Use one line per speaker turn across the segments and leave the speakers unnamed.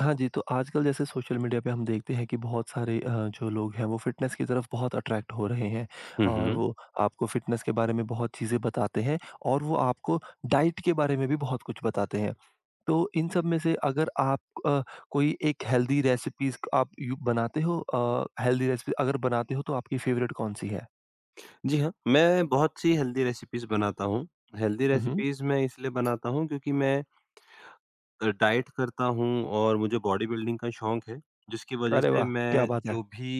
हाँ जी, तो आजकल जैसे सोशल मीडिया पे हम देखते हैं कि बहुत सारे जो लोग हैं वो फ़िटनेस की तरफ बहुत अट्रैक्ट हो रहे हैं
हुँ,
और
हुँ।
वो आपको फ़िटनेस के बारे में बहुत चीज़ें बताते हैं और वो आपको डाइट के बारे में भी बहुत कुछ बताते हैं। तो इन सब में से अगर आप अ, कोई एक हेल्दी रेसिपीज़ आप यू बनाते हो हेल्दी रेसिपी अगर बनाते हो तो आपकी फ़ेवरेट कौन-सी है?
जी हाँ, मैं बहुत सी हेल्दी रेसिपीज़ बनाता हूँ। हेल्दी
हुँ, हुँ।
रेसिपीज़ मैं इसलिए बनाता हूँ क्योंकि मैं डाइट करता हूँ और मुझे बॉडी बिल्डिंग का शौक है, जिसकी वजह
अरे
से
वाह! क्या
मैं
बात है।
जो भी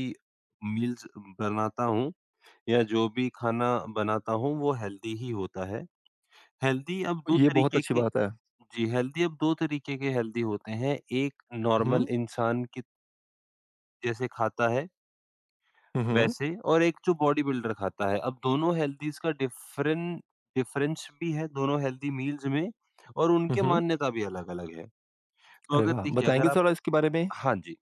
मील्स बनाता हूँ या जो भी खाना बनाता हूँ, वो हेल्दी ही होता है। हेल्दी अब 2
ये बहुत
तरीके
अच्छी
के
बात है।
जी, हेल्दी अब 2 तरीके के हेल्दी होते हैं। एक नॉर्मल
हुँ,
इंसान की जैसे खाता है
हुँ, हुँ, हुँ,
वैसे, और एक जो बॉडी बिल्डर खाता है, अब दोनों हेल्दीज़ का डिफ़रेंट डिफ़रेंस भी है दोनों हेल्दी मील्स में, और
हुँ,
उनके
हुँ।
मान्यता भी अलग-अलग है। तो
अरे
अगर
वाह!
देखिए अगर
बताएँगे
आप
थोड़ा इसके बारे में?
हाँ जी,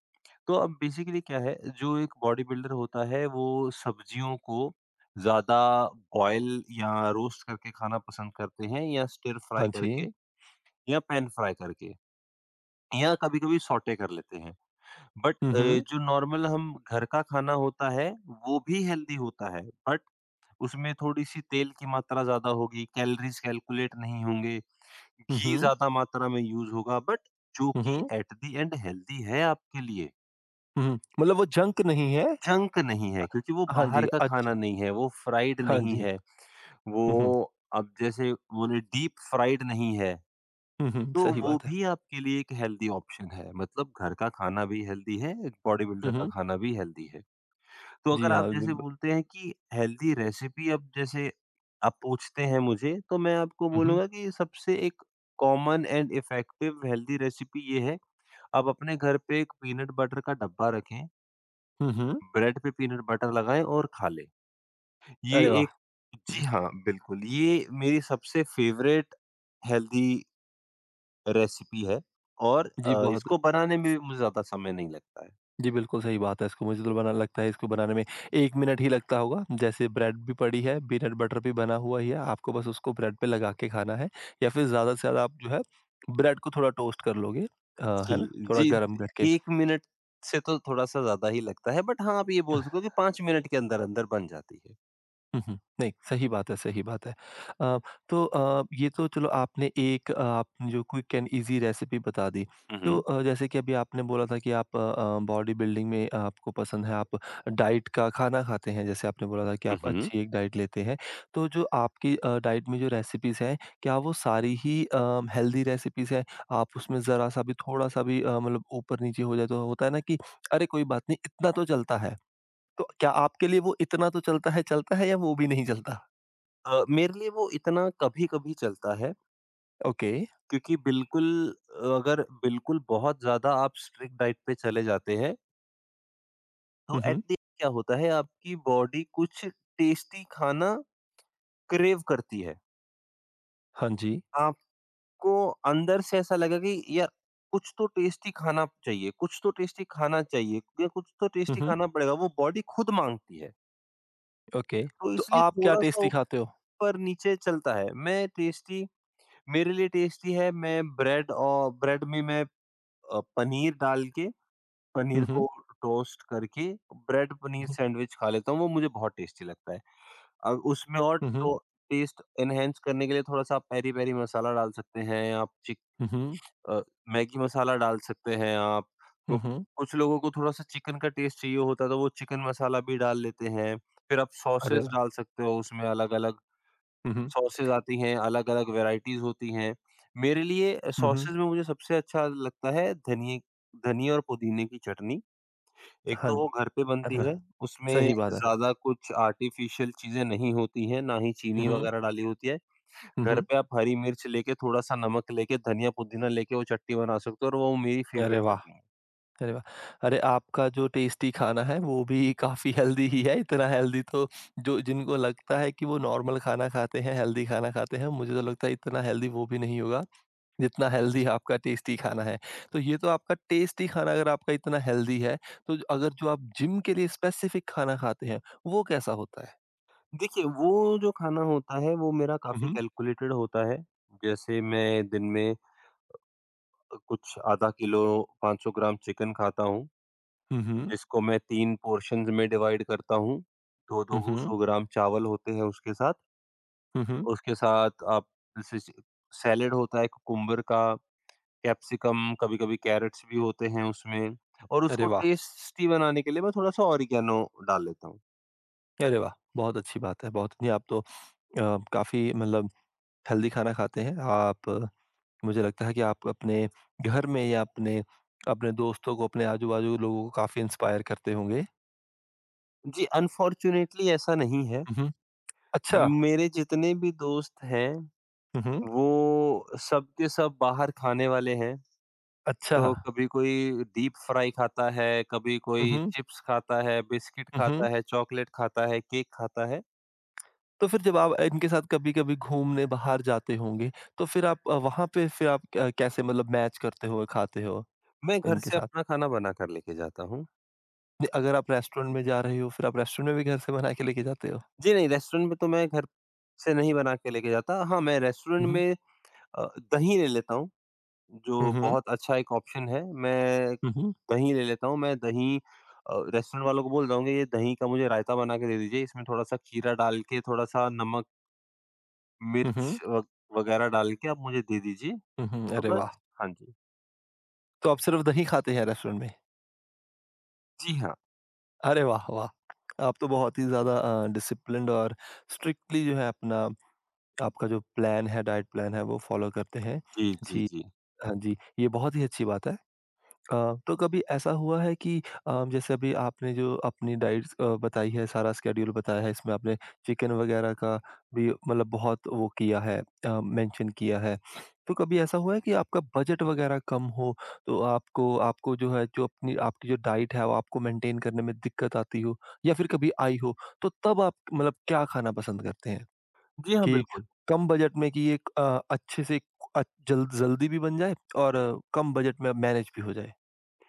तो अब बेसिकली क्या है, जो एक बॉडी बिल्डर होता है वो सब्जियों को ज़्यादा बॉयल या रोस्ट करके खाना पसंद करते हैं, या स्टिर
हाँ
फ्राई
जी।
करके, या पैन फ्राई करके, या कभी-कभी सौटे कर लेते हैं। बट
हुँ,
अ,
हुँ,
जो नॉर्मल हम घर का खाना होता है, वो भी हेल्दी होता है, बट उसमें थोड़ी-सी तेल की मात्रा ज़्यादा होगी, कैलोरीज़ कैलकुलेट नहीं होंगे,
हुँ,
घी
हुँ।
ज़्यादा मात्रा में यूज़ होगा, बट जो
हुँ,
कि
हुँ।
एट द एंड हेल्दी है आपके लिए।
हुँ, हुँ। मतलब वो जंक नहीं है।
जंक नहीं है क्योंकि वो
हाँ
बाहर
जी,
का खाना
अच्छा।
नहीं है, वो फ्राइड
हाँ
नहीं
जी।
है,
हुँ, हुँ।
वो अब जैसे बोले डीप फ्राइड नहीं है,
हुँ, हुँ,
तो
सही
वो
बात है।
भी आपके लिए एक हेल्दी ऑप्शन है। मतलब घर का खाना भी हेल्दी है, एक बॉडी बिल्डर
हुँ,
का
हुँ।
खाना भी हेल्दी है। तो
जी
अगर
हाँ,
आप
जी
जैसे
ब
बोलते हैं कि हेल्दी रेसिपी, अब जैसे आप पूछते हैं मुझे, तो मैं आपको
हुँ, हुँ।
बोलूँगा कि सबसे एक common and effective healthy recipe ये है, आप अपने घर पे एक पीनट बटर का डब्बा रखें,
हुँ, हुँ।
ब्रेड पे पीनट बटर लगाएँ और खा लें। ये
अरे वाह!
एक
हुँ,
जी हाँ, बिल्कुल, ये मेरी सबसे फ़ेवरेट हेल्दी रेसिपी है, और
जी बहुत।
इसको बनाने में भी मुझे ज़्यादा समय नहीं लगता है।
जी, बिल्कुल सही बात है। इसको मुझे तो बना लगता है इसको बनाने में 1 मिनट ही लगता होगा। जैसे ब्रेड भी पड़ी है, पीनट बटर भी बना हुआ ही है, आपको बस उसको ब्रेड पे लगा के खाना है या फिर ज़्यादा से ज़्यादा आप जो है ब्रेड को थोड़ा टोस्ट कर लोगे। अ,
जी,
है ना? थोड़ा
जी,
गरम
द
करके।
1 मिनट से तो थोड़ा-सा ज़्यादा ही लगता है, बट हाँ, आप ये बोल सकते हो कि 5 मिनट के अंदर-अंदर बन जाती है।
हुँ, हुँ। नहीं, सही बात है, सही बात है। अ, तो ये तो चलो आपने एक आपने जो क्विक एंड ईज़ी रेसिपी बता दी।
हुँ,
तो
हुँ।
जैसे कि अभी आपने बोला था कि आप बॉडी बिल्डिंग में आपको पसंद है, आप डाइट का खाना खाते हैं, जैसे आपने बोला था कि
हुँ,
आप
हुँ।
अच्छी एक डाइट लेते हैं। तो जो आपकी डाइट में जो रेसिपीज़ हैं, क्या वो सारी ही हेल्दी रेसिपीज़ हैं? आप उसमें ज़रा-सा भी, थोड़ा-सा भी मतलब ऊपर-नीचे हो जाए तो होता है ना कि, "अरे! कोई बात नहीं, इतना तो चलता है।" तो क्या आपके लिए वो इतना तो चलता है या वो भी नहीं चलता?
मेरे लिए वो इतना कभी-कभी चलता है,
ओके।
क्योंकि अगर बिल्कुल बहुत ज़्यादा आप स्ट्रिक्ट डाइट पे चले जाते हैं, तो
हुँ,
एट
हुँ।
द एंड क्या होता है आपकी बॉडी कुछ टेस्टी खाना क्रेव करती है।
हाँ जी।
को अंदर से ऐसा लगा कि यार कुछ तो टेस्टी खाना चाहिए, कुछ तो टेस्टी खाना चाहिए, या कुछ तो
हुँ,
टेस्टी
हुँ।
खाना पड़ेगा, वो बॉडी खुद माँगती है।
ओके।
तो
तो
इसलिए
आप क्या
थोड़ा-सा
टेस्टी खाते हो?
ऊपर-नीचे चलता है। मैं टेस्टी मेरे लिए टेस्टी है, मैं ब्रेड, और ब्रेड में मैं अ, पनीर डाल के, पनीर
हुँ,
को
हुँ।
टोस्ट करके ब्रेड पनीर
हुँ,
सैंडविच खा लेता हूँ, वो मुझे बहुत टेस्टी लगता है। अब उसमें और
हुँ, हुँ,
तो टेस्ट एनहांस करने के लिए थोड़ा-सा आप पेरी-पेरी मसाला डाल सकते हैं, आप
हुँ, हुँ,
अ, मैगी मसाला डाल सकते हैं आप। तो
हुँ, हुँ।
कुछ लोगों को थोड़ा-सा चिकन का टेस्ट चाहिए होता है, तो वो चिकन मसाला भी डाल लेते हैं। फिर आप
अरे
सॉसेज़
वाह!
डाल सकते हो, उसमें अलग-अलग
हुँ, हुँ,
सॉसेज़ आती हैं, अलग-अलग वैराइटीज़ होती हैं। मेरे लिए
हुँ, हुँ।
सॉसेज़ में मुझे सबसे अच्छा लगता है धनिये धनिया और पुदीने की चटनी। एक
हाँ,
तो वो घर पे
अरे
बनती
वाह!
है, उसमें
सही बात है।
ज़्यादा कुछ आर्टिफ़िशियल चीज़ें नहीं होती हैं, ना ही
हुँ,
चीनी
हुँ,
वगैरह डाली होती है।
हुँ,
घर
हुँ।
पे आप हरी मिर्च लेके, थोड़ा-सा नमक लेके, धनिया, पुदीना लेके वो चटनी बना सकते हो, और वो मेरी फ़ेवरेट
अरे वाह!
चटनी है।
अरे वाह! अरे आपका जो टेस्टी खाना है वो भी काफ़ी हेल्दी ही है, इतना हेल्दी तो जो जिनको लगता है कि वो नॉर्मल खाना खाते हैं, हेल्दी खाना खाते हैं, मुझे तो लगता है इतना हेल्दी वो भी नहीं होगा। जितना हेल्दी आपका टेस्टी खाना है। तो ये तो आपका टेस्टी खाना अगर आपका इतना हेल्दी है, तो अगर जो आप जिम के लिए स्पेसिफिक खाना खाते हैं, वो कैसा होता है?
देखिए, वो जो खाना होता है, वो मेरा
हुँ,
काफ़ी
हुँ।
कैलकुलेटेड होता है। जैसे मैं दिन में कुछ आधा किलो 500 ग्राम चिकन खाता हूँ,
हुँ, हुँ।
जिसको मैं 3 पोर्शन्स में डिवाइड करता हूँ।
हुँ,
2-2
हुँ।
100 ग्राम चावल होते हैं
हुँ, हुँ।
उसके साथ आप जैसे स सैलेड होता है कुकुम्बर का, कैप्सिकम, कभी-कभी कैरेट्स भी होते हैं उसमें, और
अरे
उसको
वाह!
टेस्टी बनाने के लिए मैं थोड़ा-सा ऑरिगैनो डाल लेता हूँ।
अरे वाह! बहुत अच्छी बात है। बहुत नहीं आप तो अ, काफ़ी मतलब हेल्दी खाना खाते हैं। आप मुझे लगता है कि आप अपने घर में या अपने अपने दोस्तों को, अपने आजू-बाजू के लोगों को काफ़ी इंस्पायर करते होंगे।
जी, अनफॉर्च्यूनेटली ऐसा नहीं है।
हुँ, हुँ। अच्छा।
मेरे जितने भी दोस्त हैं,
हुँ, हुँ।
वो सब के सब बाहर खाने वाले हैं।
अच्छा।
तो कभी कोई डीप फ्राई खाता है, कभी
हुँ,
कोई
हुँ।
चिप्स खाता है, बिस्किट
हुँ,
खाता
हुँ।
है, चॉकलेट खाता है, केक खाता है।
तो फिर जब आप इनके साथ कभी-कभी घूमने बाहर जाते होंगे, तो फिर वहाँ पे फिर आप क कैसे मतलब मैच करते हो, खाते हो
मैं घर
इनके
से
साथ?
अपना खाना बना कर लेके जाता हूँ।
नि अगर आप रेस्टोरेंट में जा रहे हो, फिर आप रेस्टोरेंट में भी घर से बना के लेके जाते हो?
जी नहीं, रेस्टोरेंट में तो मैं घर से नहीं बना के लेके जाता। हाँ, मैं रेस्टोरेंट
हुँ, हुँ।
में अ, दही ले लेता हूँ,
हुँ,
जो
हुँ।
बहुत अच्छा एक ऑप्शन है। मैं
हुँ, हुँ।
दही ले लेता हूँ, मैं दही अ, रेस्टोरेंट वालों को बोल जाऊँगा ये दही का मुझे रायता बना के दे दीजिए, इसमें थोड़ा-सा खीरा डाल के, थोड़ा-सा नमक,
हुँ,
मिर्च
हुँ।
व वगैरह डाल के आप मुझे दे दीजिए।
हुँ, हुँ।
तो
अरे वाह!
बस हाँ जी।
तो आप सिर्फ़ दही खाते हैं रेस्टोरेंट में?
जी हाँ।
अरे वाह, वाह! आप तो बहुत ही ज़्यादा डिसिप्लिन्ड और स्ट्रिक्टली जो है अपना आपका जो प्लान है, डाइट प्लान है, वो फ़ॉलो करते हैं।
जी, जी,
जी।
जी।
हाँ जी, ये बहुत ही अच्छी बात है। अ, तो कभी ऐसा हुआ है कि जैसे अभी आपने जो अपनी डाइट्स बताई है, सारा स्केड्यूल बताया है, इसमें आपने चिकन वगैरह का भी मतलब बहुत वो किया है, मेंशन किया है। तो कभी ऐसा हुआ है कि आपका बजट वगैरह कम हो, तो आपको आपको जो है, जो अपनी आपकी जो डाइट है, वो आपको मेंटेन करने में दिक्कत आती हो या फिर कभी आई हो, तो तब आप मतलब क्या खाना पसंद करते हैं?
जी हाँ,
कि
बिल्कुल।
कम बजट में कि ये अच्छे से अ, जल्दी भी बन जाए और कम बजट में मैनेज भी हो जाए?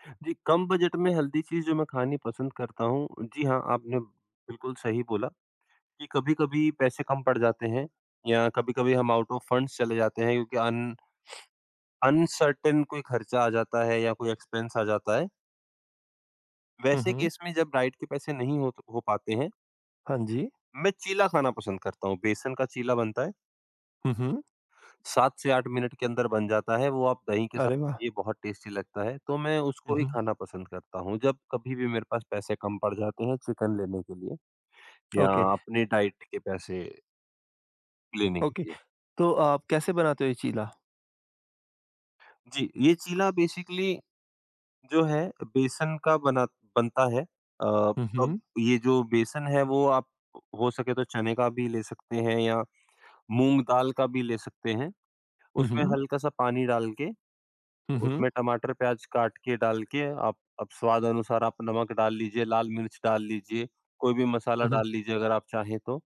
जी, कम बजट में हेल्दी चीज़ जो मैं खानी पसंद करता हूँ, जी हाँ, आपने बिल्कुल सही बोला कि कभी-कभी पैसे कम पड़ जाते हैं, या कभी-कभी हम आउट ऑफ फंड्स चले जाते हैं क्योंकि अन अनसर्टेन कोई खर्चा आ जाता है, या कोई एक्सपेंस आ जाता है,
हुँ,
वैसे
हुँ।
केस में जब राइड के पैसे नहीं हो पाते हैं,
हाँ जी।
मैं चीला खाना पसंद करता हूँ। बेसन का चीला बनता है,
हुँ, हुँ।
7 से 8 मिनट के अंदर बन जाता है, वो आप दही के साथ
अरे वाह!
ये बहुत टेस्टी लगता है, तो मैं उसको
हुँ,
ही
हुँ।
खाना पसंद करता हूँ। जब कभी भी मेरे पास पैसे कम पड़ जाते हैं चिकन लेने के लिए, या
ओके,
अपने डाइट के पैसे लेने के
ओके।
लिए।
तो आप कैसे बनाते हो ये चीला?
जी, ये चीला बेसिकली जो है बेसन का बना बनता है।
हुँ,
अब
हुँ।
ये जो बेसन है वो आप हो सके तो चने का भी ले सकते हैं, या मूँग दाल का भी ले सकते हैं।
हुँ,
उसमें
हुँ।
हल्का-सा पानी डाल के,
हुँ, हुँ।
उसमें टमाटर, प्याज़ काट के डाल के, आप स्वाद अनुसार आप नमक डाल लीजिए, लाल मिर्च डाल लीजिए, कोई भी मसाला
हुँ, हुँ।
डाल लीजिए अगर आप चाहें तो।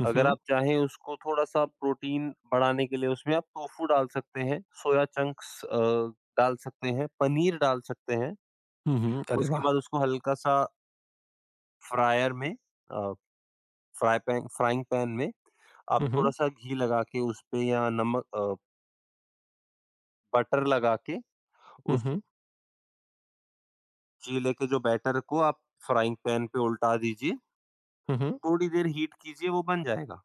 हुँ,
अगर
हुँ।
आप चाहें उसको थोड़ा-सा प्रोटीन बढ़ाने के लिए उसमें आप टोफ़ू डाल सकते हैं, सोया चंक्स डाल सकते हैं, पनीर डाल सकते हैं।
हुँ, हुँ। अरे
उसके
वाह!
बाद उसको हल्का-सा फ्रायर में अ, फ्राई पैन फ्राइंग पैन में आप
हुँ, हुँ।
थोड़ा-सा घी लगा के उसपे, या बटर लगा के
हुँ,
उस
हुँ।
चीले के जो बैटर को आप फ्राइंग पैन पे उल्टा दीजिए।
हुँ, हुँ।
थोड़ी देर हीट कीजिए, वो बन जाएगा।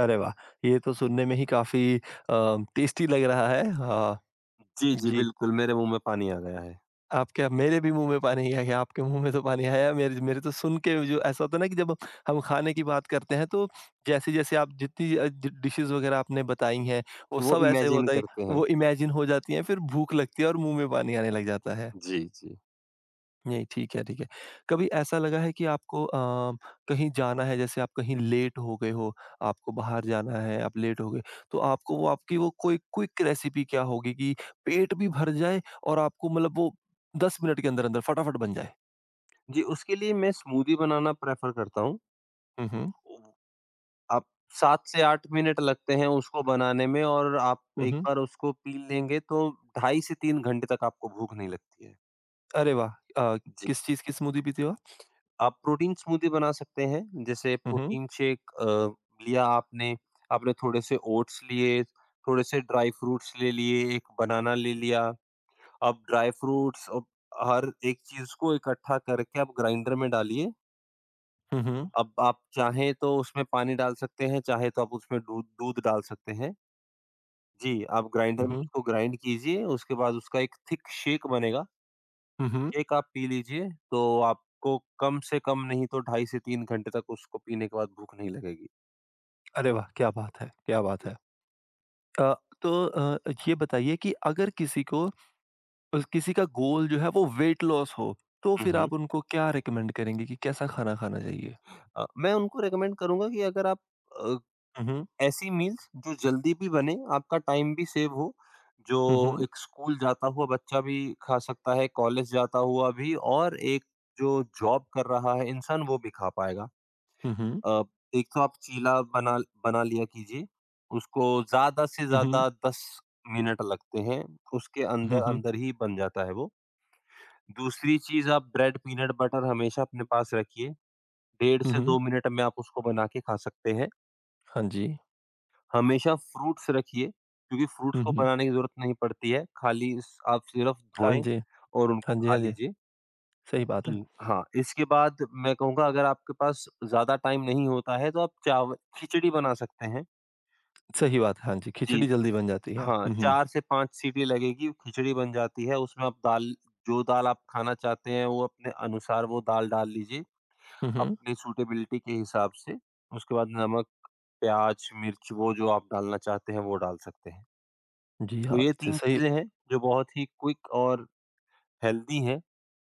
अरे वाह! ये तो सुनने में ही काफ़ी टेस्टी लग रहा है। हाँ,
जी, जी,
जी।
बिल्कुल मेरे मुँह में पानी आ गया है।
आपके मेरे भी मुँह में पानी आ गया, आपके मुँह में तो पानी आया, मेरे मेरे तो सुन के जो ऐसा होता है ना कि जब हम खाने की बात करते हैं तो जैसे-जैसे आप जितनी डि डिशेज़ वग़ैरह आपने बताई हैं, वो
तो वो
सब ऐसे
इमेजिन
होता है,
करते हैं।
वो इमेजिन हो जाती हैं, फिर भूख लगती है और मुँह में पानी आने लग जाता है।
जी, जी।
नहीं, ठीक है, ठीक है। कभी ऐसा लगा है कि आपको कहीं जाना है, जैसे आप कहीं लेट हो गए हो, आपको बाहर जाना है, आप लेट हो गए, तो आपको वो आपकी वो कोई क्विक रेसिपी क्या होगी कि पेट भी भर जाए और आपको मतलब वो 10 मिनट के अंदर-अंदर फटाफट बन जाए?
जी, उसके लिए मैं स्मूदी बनाना प्रेफ़र करता हूँ।
हुँ, हुँ।
आप 7 से 8 मिनट लगते हैं उसको बनाने में, और आप
हुँ,
एक
हुँ।
बार उसको पी लेंगे तो ढाई से 3 घंटे तक आपको भूख नहीं लगती है।
अरे वाह! अ,
जी,
किस चीज़ की स्मूदी पीते हो आप?
आप प्रोटीन स्मूदी बना सकते हैं, जैसे
हुँ, हुँ।
प्रोटीन शेक लिया आपने, आपने थोड़े-से ओट्स लिए, थोड़े-से ड्राई फ्रूट्स ले लिए, एक बनाना ले लिया। आप ड्राई फ्रूट्स अब हर एक चीज़ को इकट्ठा करके आप ग्राइंडर में डालिए।
हुँ, हुँ।
अब आप चाहें तो उसमें पानी डाल सकते हैं, चाहे तो आप उसमें दूध दूध डाल सकते हैं। जी, आप ग्राइंडर
हुँ,
में
हुँ।
उसको ग्राइंड कीजिए, उसके बाद उसका एक थिक शेक बनेगा,
हुँ, हुँ।
शेक आप पी लीजिए, तो आपको कम से कम नहीं तो ढाई से 3 घंटे तक उसको पीने के बाद भूख नहीं लगेगी।
अरे वाह! क्या बात है, क्या बात
जी।
है। अ, तो ये बताइए कि अगर किसी को और किसी का गोल जो है वो वेट लॉस हो, तो
हुँ,
फिर
हुँ।
आप उनको क्या रिकमेंड करेंगे कि कैसा खाना खाना चाहिए?
मैं उनको रिकमेंड करूँगा कि अगर आप अ,
हुँ, हुँ।
ऐसी मील्स जो जल्दी भी बने, आपका टाइम भी सेव हो, जो
हुँ, हुँ।
एक स्कूल जाता हुआ बच्चा भी खा सकता है, कॉलेज जाता हुआ भी, और एक जो जॉब कर रहा है इंसान, वो भी खा पाएगा।
हुँ, हुँ।
अ, एक तो आप चीला बना बना लिया कीजिए, उसको ज़्यादा से
हुँ, हुँ।
ज़्यादा 10 मिनट लगते हैं, उसके
हुँ, हुँ।
अंदर-अंदर ही बन जाता है वो। दूसरी चीज़ आप ब्रेड पीनट बटर हमेशा अपने पास रखिए, डेढ़
हुँ,
से
हुँ।
2 मिनट में आप उसको बना के खा सकते हैं।
हाँ जी।
हमेशा फ्रूट्स रखिए, क्योंकि फ्रूट्स
हुँ,
को
हुँ।
बनाने की ज़रूरत नहीं पड़ती है, खाली स आप सिर्फ
हाँ
धोएँ
जी।
और उनको
हाँ जी,
खा
हाँ जी।
लीजिए।
सही बात है।
हुँ, हाँ, इसके बाद मैं कहूँगा अगर आपके पास ज़्यादा टाइम नहीं होता है, तो आप चाव खिचड़ी बना सकते हैं।
सही बात है, हाँ जी,
जी।
खिचड़ी जल्दी बन जाती है।
हाँ,
हुँ, हुँ।
4 से 5 सीटी लगेगी, खिचड़ी बन जाती है, उसमें आप दाल जो दाल आप खाना चाहते हैं, वो अपने अनुसार वो दाल डाल लीजिए,
हुँ, हुँ।
अपनी सूटेबिलिटी के हिसाब से। उसके बाद नमक, प्याज़, मिर्च वो जो आप डालना चाहते हैं, वो डाल सकते हैं।
जी
तो
हाँ,
ये
स
3
सही।
चीज़ें हैं, जो बहुत ही क्विक और हेल्दी हैं,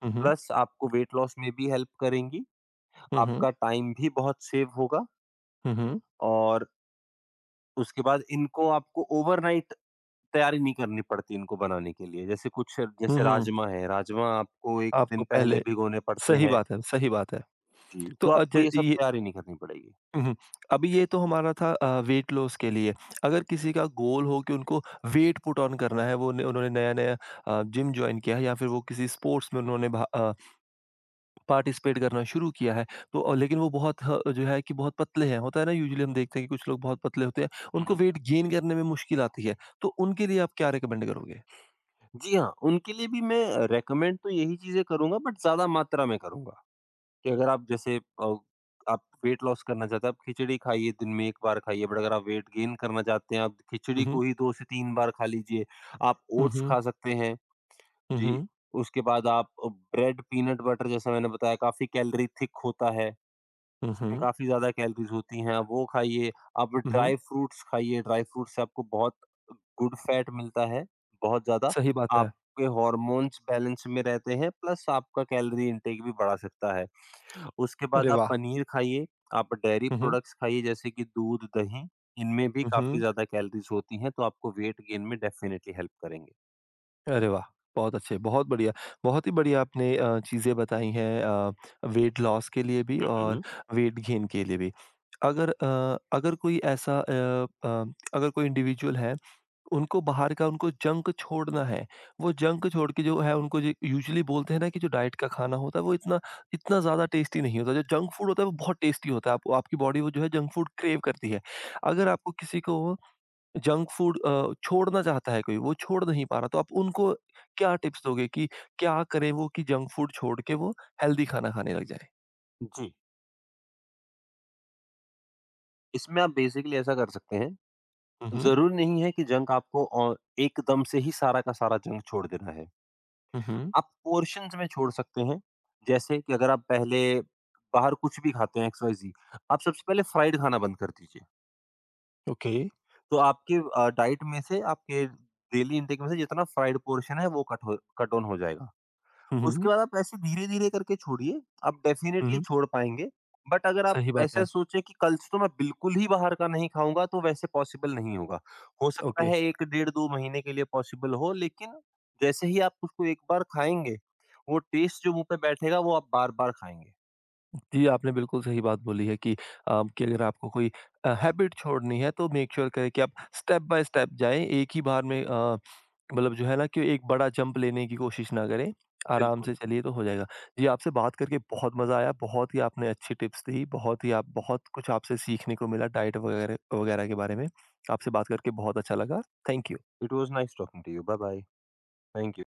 हुँ, हुँ।
प्लस आपको वेट लॉस में भी हेल्प करेंगी,
हुँ, हुँ।
आपका टाइम भी बहुत सेव होगा,
हुँ, हुँ।
और उसके बाद इनको आपको ओवरनाइट तैयारी नहीं करनी पड़ती इनको बनाने के लिए। जैसे कुछ
हुँ,
जैसे
हुँ।
राजमा है, राजमा आपको 1 दिन
आपको
पहले
पहले
भिगोने पड़ते
सही
हैं।
बात है, सही बात है।
जी,
तो
तो
अ,
आपको
ज
ये सब
ये
तैयारी नहीं करनी पड़ेगी।
उहुँ, अभी ये तो हमारा था वेट लॉस के लिए। अगर किसी का गोल हो कि उनको वेट पुट ऑन करना है, वो ने उन्होंने नया-नया जिम जॉइन किया है या फिर वो किसी स्पोर्ट्स में पार्टिसिपेट करना शुरू किया है, तो लेकिन वो बहुत ह जो है कि बहुत पतले हैं। होता है ना यूजुअली हम देखते हैं कि कुछ लोग बहुत पतले होते हैं,
हुँ,
उनको
हुँ।
वेट गेन करने में मुश्किल आती है, तो उनके लिए आप क्या रिकमेंड करोगे?
जी हाँ, उनके लिए भी मैं रिकमेंड तो यही चीज़ें करूँगा, बट ज़्यादा मात्रा में करूँगा, कि अगर आप जैसे आप वेट लॉस करना चाहते हैं, आप खिचड़ी खाइए, दिन में 1 बार खाइए। बट अगर आप वेट गेन करना चाहते हैं, आप खिचड़ी
उहुँ,
को ही 2 से 3 बार खा लीजिए। आप
हुँ,
ओट्स
हुँ,
खा सकते हैं।
हुँ,
जी,
हुँ,
उसके बाद आप ब्रेड, पीनट बटर जैसा मैंने बताया काफ़ी कैलोरी थिक होता है।
हुँ,
उसमें
हुँ,
काफ़ी ज़्यादा कैलोरीज़ होती हैं, आप वो खाइए, आप
हुँ,
ड्राई फ्रूट्स खाइए, ड्राई फ्रूट से आपको बहुत गुड फैट मिलता है, बहुत ज़्यादा।
सही बात है।
आपके हॉर्मोन्स बैलेंस में रहते हैं, प्लस आपका कैलोरी इंटेक भी बढ़ा सकता है। उसके बाद
अरे
आप
वाह!
पनीर खाइए, आप डेयरी
हुँ, हुँ,
प्रोडक्ट्स खाइए, जैसे कि दूध, दही, इनमें भी
हुँ,
काफ़ी
हुँ।
ज़्यादा कैलोरीज़ होती हैं, तो आपको वेट गेन में डेफ़िनिटली हेल्प करेंगे।
अरे वाह! बहुत अच्छे, बहुत बढ़िया। बहुत ही बढ़िया आपने चीज़ें बताई हैं वेट लॉस के लिए भी
हुँ,
और
हुँ।
वेट गेन के लिए भी। अगर कोई ऐसा अ अ, अगर कोई इंडिविजुअल है, उनको बाहर का उनको जंक छोड़ना है, वो जंक छोड़ के जो है उनको जो यूजुअली बोलते हैं ना कि जो डाइट का खाना होता है वो इतना इतना ज़्यादा टेस्टी नहीं होता। जो जंक फूड होता है वो बहुत टेस्टी होता है। आप आपकी बॉडी वो जो है जंक फूड क्रेव करती है। अगर आपको किसी को जंक फूड छोड़ना चाहता है कोई, वो छोड़ नहीं पा रहा, तो आप उनको क्या टिप्स दोगे कि क्या करें वो कि जंक फूड छोड़ के वो हेल्दी खाना खाने लग जाए?
जी, इसमें आप बेसिकली ऐसा कर सकते हैं,
हुँ, हुँ।
ज़रूरी नहीं है कि जंक आपको एकदम से ही सारा का सारा जंक छोड़ देना है।
हुँ, हुँ।
आप पोर्शन्स में छोड़ सकते हैं। जैसे कि अगर आप पहले बाहर कुछ भी खाते हैं एक्स-वाई-ज़ेड, आप सबसे पहले फ्राइड खाना बंद कर दीजिए।
ओके।
तो आपके डाइट में से आपके डेली इनटेक में से जितना फ्राइड पोर्शन है वो कट ऑन हो जाएगा।
हुँ,
उसके
हुँ।
बाद आप ऐसे धीरे-धीरे करके छोड़िए, आप
हुँ,
डेफ़िनेटली
हुँ।
छोड़ पाएँगे। बट अगर आप
सही बात
ऐसा
है।
सोचे कि कल से तो मैं बिल्कुल ही बाहर का नहीं खाऊँगा, तो वैसे पॉसिबल नहीं होगा। हो सकता
ओके।
है 1 डेढ़ 2 महीने के लिए पॉसिबल हो, लेकिन जैसे ही आप उसको एक बार खाएँगे, वो टेस्ट जो मुँह पे बैठेगा, वो आप बार-बार खाएँगे।
जी, आपने बिल्कुल सही बात बोली है कि कि अगर आपको कोई हैबिट छोड़नी है तो मेक श्योर sure करें कि आप स्टेप बाय स्टेप जाएँ, एक ही बार में अ मतलब जो है ना कि एक बड़ा जंप लेने की कोशिश ना करें, आराम
बिल्कुल।
से चलिए तो हो जाएगा। जी, आपसे बात करके बहुत मज़ा आया, बहुत ही आपने अच्छी टिप्स दी, बहुत ही आप बहुत कुछ आपसे सीखने को मिला डाइट वगैरह वगैरह के बारे में। आपसे बात करके बहुत अच्छा लगा। Thank you.
It was nice talking to you. Bye bye. Thank you.